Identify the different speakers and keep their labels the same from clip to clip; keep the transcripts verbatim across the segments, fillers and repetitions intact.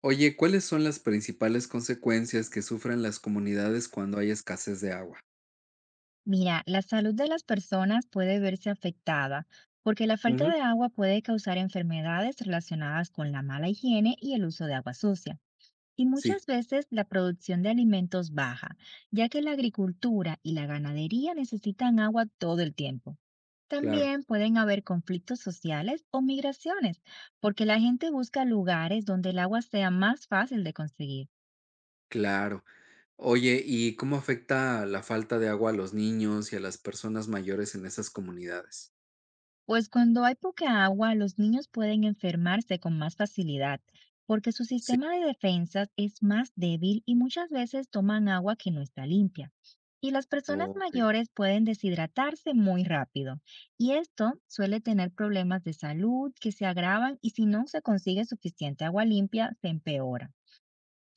Speaker 1: Oye, ¿cuáles son las principales consecuencias que sufren las comunidades cuando hay escasez de agua?
Speaker 2: Mira, la salud de las personas puede verse afectada porque la falta
Speaker 1: Ujú.
Speaker 2: de agua puede causar enfermedades relacionadas con la mala higiene y el uso de agua sucia. Y muchas
Speaker 1: Sí.
Speaker 2: veces la producción de alimentos baja, ya que la agricultura y la ganadería necesitan agua todo el tiempo.
Speaker 1: Claro,
Speaker 2: También pueden haber conflictos sociales o migraciones, porque la gente busca lugares donde el agua sea más fácil de conseguir.
Speaker 1: claro. Oye, ¿y cómo afecta la falta de agua a los niños y a las personas mayores en esas comunidades?
Speaker 2: Pues cuando hay poca agua, los niños pueden enfermarse con más facilidad, porque su
Speaker 1: Sí.
Speaker 2: sistema de defensas es más débil y muchas veces toman agua que no está limpia. Y las personas
Speaker 1: Ok,
Speaker 2: mayores pueden deshidratarse muy rápido. Y esto suele tener problemas de salud que se agravan, y si no se consigue suficiente agua limpia, se empeora.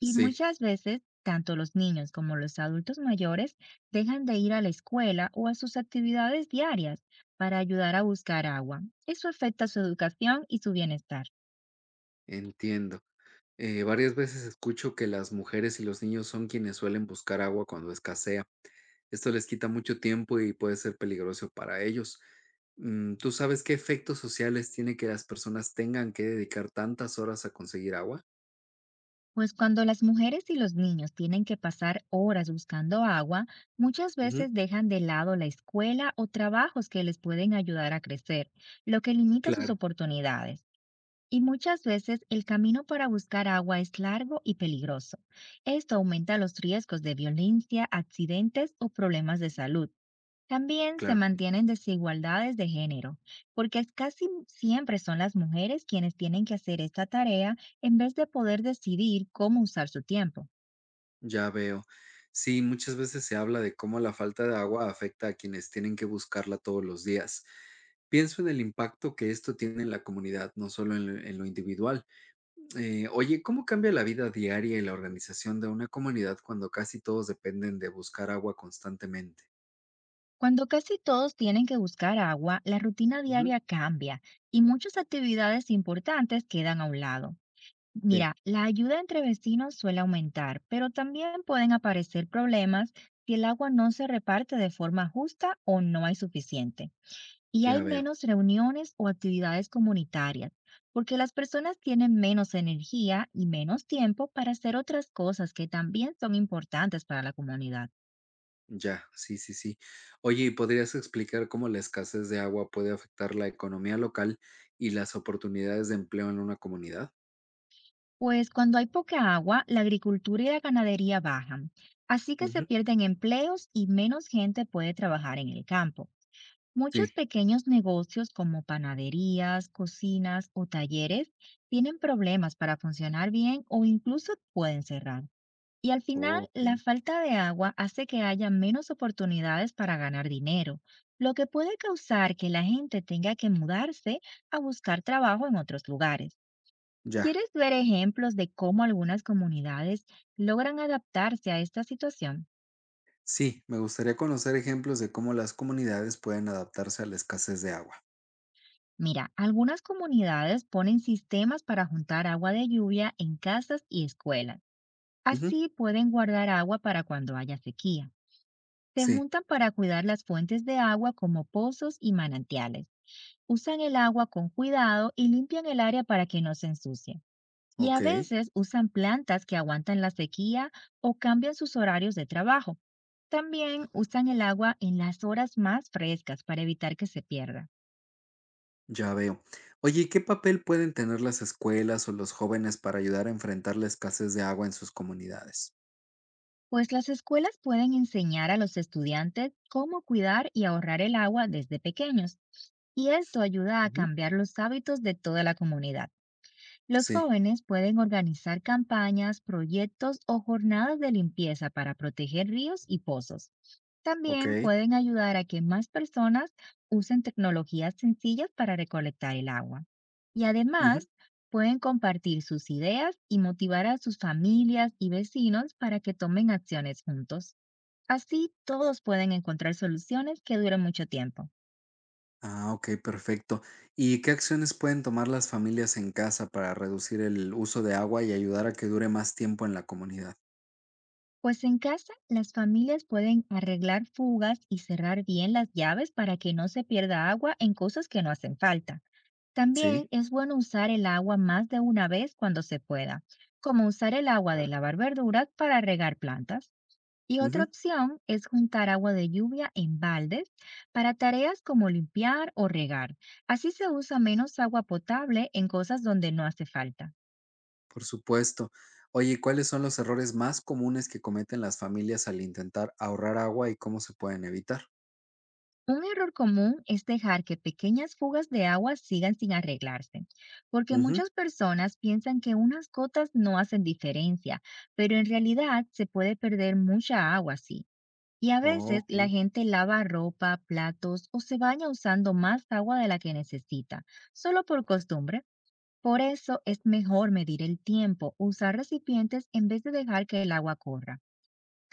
Speaker 2: Y muchas veces, tanto los niños como los adultos mayores dejan de ir a la escuela o a sus actividades diarias para ayudar a buscar agua. Eso afecta su educación y su bienestar.
Speaker 1: entiendo. Eh, varias veces escucho que las mujeres y los niños son quienes suelen buscar agua cuando escasea. Esto les quita mucho tiempo y puede ser peligroso para ellos. Mm, ¿tú sabes qué efectos sociales tiene que las personas tengan que dedicar tantas horas a conseguir agua?
Speaker 2: Pues cuando las mujeres y los niños tienen que pasar horas buscando agua, muchas
Speaker 1: Ujú.
Speaker 2: veces dejan de lado la escuela o trabajos que les pueden ayudar a crecer, lo que limita sus
Speaker 1: Claro,
Speaker 2: oportunidades. Y muchas veces el camino para buscar agua es largo y peligroso. Esto aumenta los riesgos de violencia, accidentes o problemas de salud. También se
Speaker 1: claro,
Speaker 2: mantienen desigualdades de género, porque es casi siempre son las mujeres quienes tienen que hacer esta tarea en vez de poder decidir cómo usar su tiempo.
Speaker 1: ya veo. Sí, muchas veces se habla de cómo la falta de agua afecta a quienes tienen que buscarla todos los días. Pienso en el impacto que esto tiene en la comunidad, no solo en lo en lo individual. Eh, oye, ¿cómo cambia la vida diaria y la organización de una comunidad cuando casi todos dependen de buscar agua constantemente?
Speaker 2: Cuando casi todos tienen que buscar agua, la rutina
Speaker 1: Ujú.
Speaker 2: diaria cambia y muchas actividades importantes quedan a un lado.
Speaker 1: Sí,
Speaker 2: Mira, la ayuda entre vecinos suele aumentar, pero también pueden aparecer problemas si el agua no se reparte de forma justa o no hay suficiente. Y hay
Speaker 1: ya veo,
Speaker 2: menos reuniones o actividades comunitarias, porque las personas tienen menos energía y menos tiempo para hacer otras cosas que también son importantes para la comunidad.
Speaker 1: ya, sí, sí, sí. Oye, ¿y podrías explicar cómo la escasez de agua puede afectar la economía local y las oportunidades de empleo en una comunidad?
Speaker 2: Pues cuando hay poca agua, la agricultura y la ganadería bajan, así que se
Speaker 1: Ujú.
Speaker 2: pierden empleos y menos gente puede trabajar en el campo. Muchos
Speaker 1: Sí.
Speaker 2: pequeños negocios como panaderías, cocinas o talleres tienen problemas para funcionar bien o incluso pueden cerrar. Y al final, la
Speaker 1: Ok.
Speaker 2: falta de agua hace que haya menos oportunidades para ganar dinero, lo que puede causar que la gente tenga que mudarse a buscar trabajo en otros lugares.
Speaker 1: Ya.
Speaker 2: ¿Quieres ver ejemplos de cómo algunas comunidades logran adaptarse a esta situación?
Speaker 1: Sí, me gustaría conocer ejemplos de cómo las comunidades pueden adaptarse a la escasez de agua.
Speaker 2: Mira, algunas comunidades ponen sistemas para juntar agua de lluvia en casas y escuelas.
Speaker 1: Ujú.
Speaker 2: Así pueden guardar agua para cuando haya sequía. Se
Speaker 1: Sí.
Speaker 2: juntan para cuidar las fuentes de agua, como pozos y manantiales. Usan el agua con cuidado y limpian el área para que no se ensucie. Y a
Speaker 1: Ok.
Speaker 2: veces usan plantas que aguantan la sequía o cambian sus horarios de trabajo. También usan el agua en las horas más frescas para evitar que se pierda.
Speaker 1: Ya veo. Oye, ¿y qué papel pueden tener las escuelas o los jóvenes para ayudar a enfrentar la escasez de agua en sus comunidades?
Speaker 2: Pues las escuelas pueden enseñar a los estudiantes cómo cuidar y ahorrar el agua desde pequeños, y esto ayuda a
Speaker 1: Ujú.
Speaker 2: cambiar los hábitos de toda la comunidad. Los
Speaker 1: Sí.
Speaker 2: jóvenes pueden organizar campañas, proyectos o jornadas de limpieza para proteger ríos y pozos.
Speaker 1: Ok.
Speaker 2: También pueden ayudar a que más personas usen tecnologías sencillas para recolectar el agua. Y
Speaker 1: Ujú.
Speaker 2: además, pueden compartir sus ideas y motivar a sus familias y vecinos para que tomen acciones juntos. Así, todos pueden encontrar soluciones que duren mucho tiempo.
Speaker 1: Ah, ok, perfecto. ¿Y qué acciones pueden tomar las familias en casa para reducir el uso de agua y ayudar a que dure más tiempo en la comunidad?
Speaker 2: Pues en casa, las familias pueden arreglar fugas y cerrar bien las llaves para que no se pierda agua en cosas que no hacen falta. También
Speaker 1: Sí.
Speaker 2: es bueno usar el agua más de una vez cuando se pueda, como usar el agua de
Speaker 1: Claro.
Speaker 2: lavar verduras para regar plantas. Y otra
Speaker 1: Ujú.
Speaker 2: opción es juntar agua de lluvia en baldes para tareas como limpiar o regar. Así se usa menos agua potable en cosas donde no hace falta.
Speaker 1: Por supuesto. Oye, ¿cuáles son los errores más comunes que cometen las familias al intentar ahorrar agua y cómo se pueden evitar?
Speaker 2: Un error común es dejar que pequeñas fugas de agua sigan sin arreglarse, porque
Speaker 1: Ujú.
Speaker 2: muchas personas piensan que unas gotas no hacen diferencia, pero en realidad se puede perder mucha agua así. Y a
Speaker 1: Oh,
Speaker 2: veces la
Speaker 1: ok.
Speaker 2: gente lava ropa, platos o se baña usando más agua de la que necesita, solo por costumbre. Por eso es mejor medir el tiempo, usar recipientes en vez de dejar que el agua corra.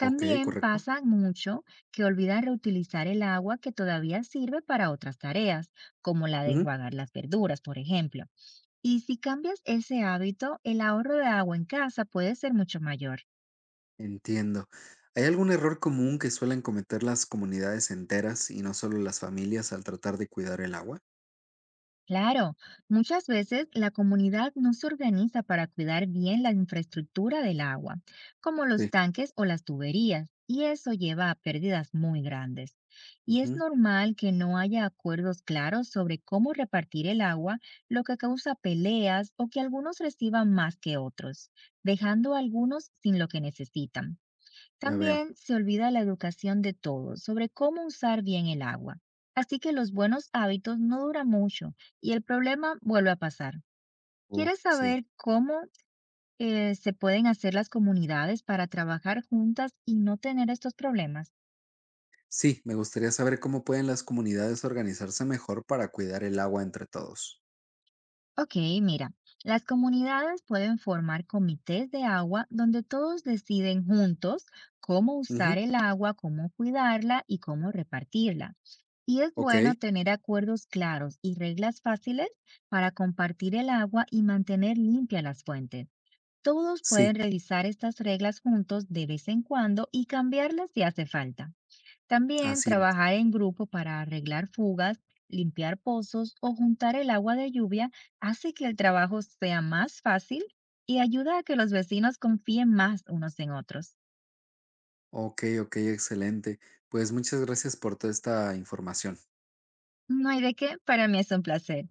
Speaker 1: Ok, correcto.
Speaker 2: pasa mucho que olvidan reutilizar el agua que todavía sirve para otras tareas, como la de
Speaker 1: Ujú.
Speaker 2: enjuagar las verduras, por ejemplo. Y si cambias ese hábito, el ahorro de agua en casa puede ser mucho mayor.
Speaker 1: Entiendo. ¿Hay algún error común que suelen cometer las comunidades enteras y no solo las familias al tratar de cuidar el agua?
Speaker 2: Claro, muchas veces la comunidad no se organiza para cuidar bien la infraestructura del agua, como los
Speaker 1: Sí.
Speaker 2: tanques o las tuberías, y eso lleva a pérdidas muy grandes. Y es
Speaker 1: Ujú.
Speaker 2: normal que no haya acuerdos claros sobre cómo repartir el agua, lo que causa peleas o que algunos reciban más que otros, dejando a algunos sin lo que necesitan.
Speaker 1: Ya veo.
Speaker 2: También se olvida la educación de todos sobre cómo usar bien el agua. Así que los buenos hábitos no duran mucho y el problema vuelve a pasar.
Speaker 1: Uf,
Speaker 2: ¿Quieres
Speaker 1: sí.
Speaker 2: saber cómo eh, se pueden hacer las comunidades para trabajar juntas y no tener estos problemas?
Speaker 1: Sí, me gustaría saber cómo pueden las comunidades organizarse mejor para cuidar el agua entre todos.
Speaker 2: Ok, mira, las comunidades pueden formar comités de agua donde todos deciden juntos cómo
Speaker 1: Ujú.
Speaker 2: usar el agua, cómo cuidarla y cómo repartirla. Y es
Speaker 1: Ok.
Speaker 2: bueno tener acuerdos claros y reglas fáciles para compartir el agua y mantener limpias las fuentes. Todos pueden
Speaker 1: Sí,
Speaker 2: revisar estas reglas juntos de vez en cuando y cambiarlas si hace falta. También
Speaker 1: así es.
Speaker 2: trabajar en grupo para arreglar fugas, limpiar pozos o juntar el agua de lluvia hace que el trabajo sea más fácil y ayuda a que los vecinos confíen más unos en otros.
Speaker 1: Ok, ok, excelente. Pues muchas gracias por toda esta información.
Speaker 2: No hay de qué, para mí es un placer.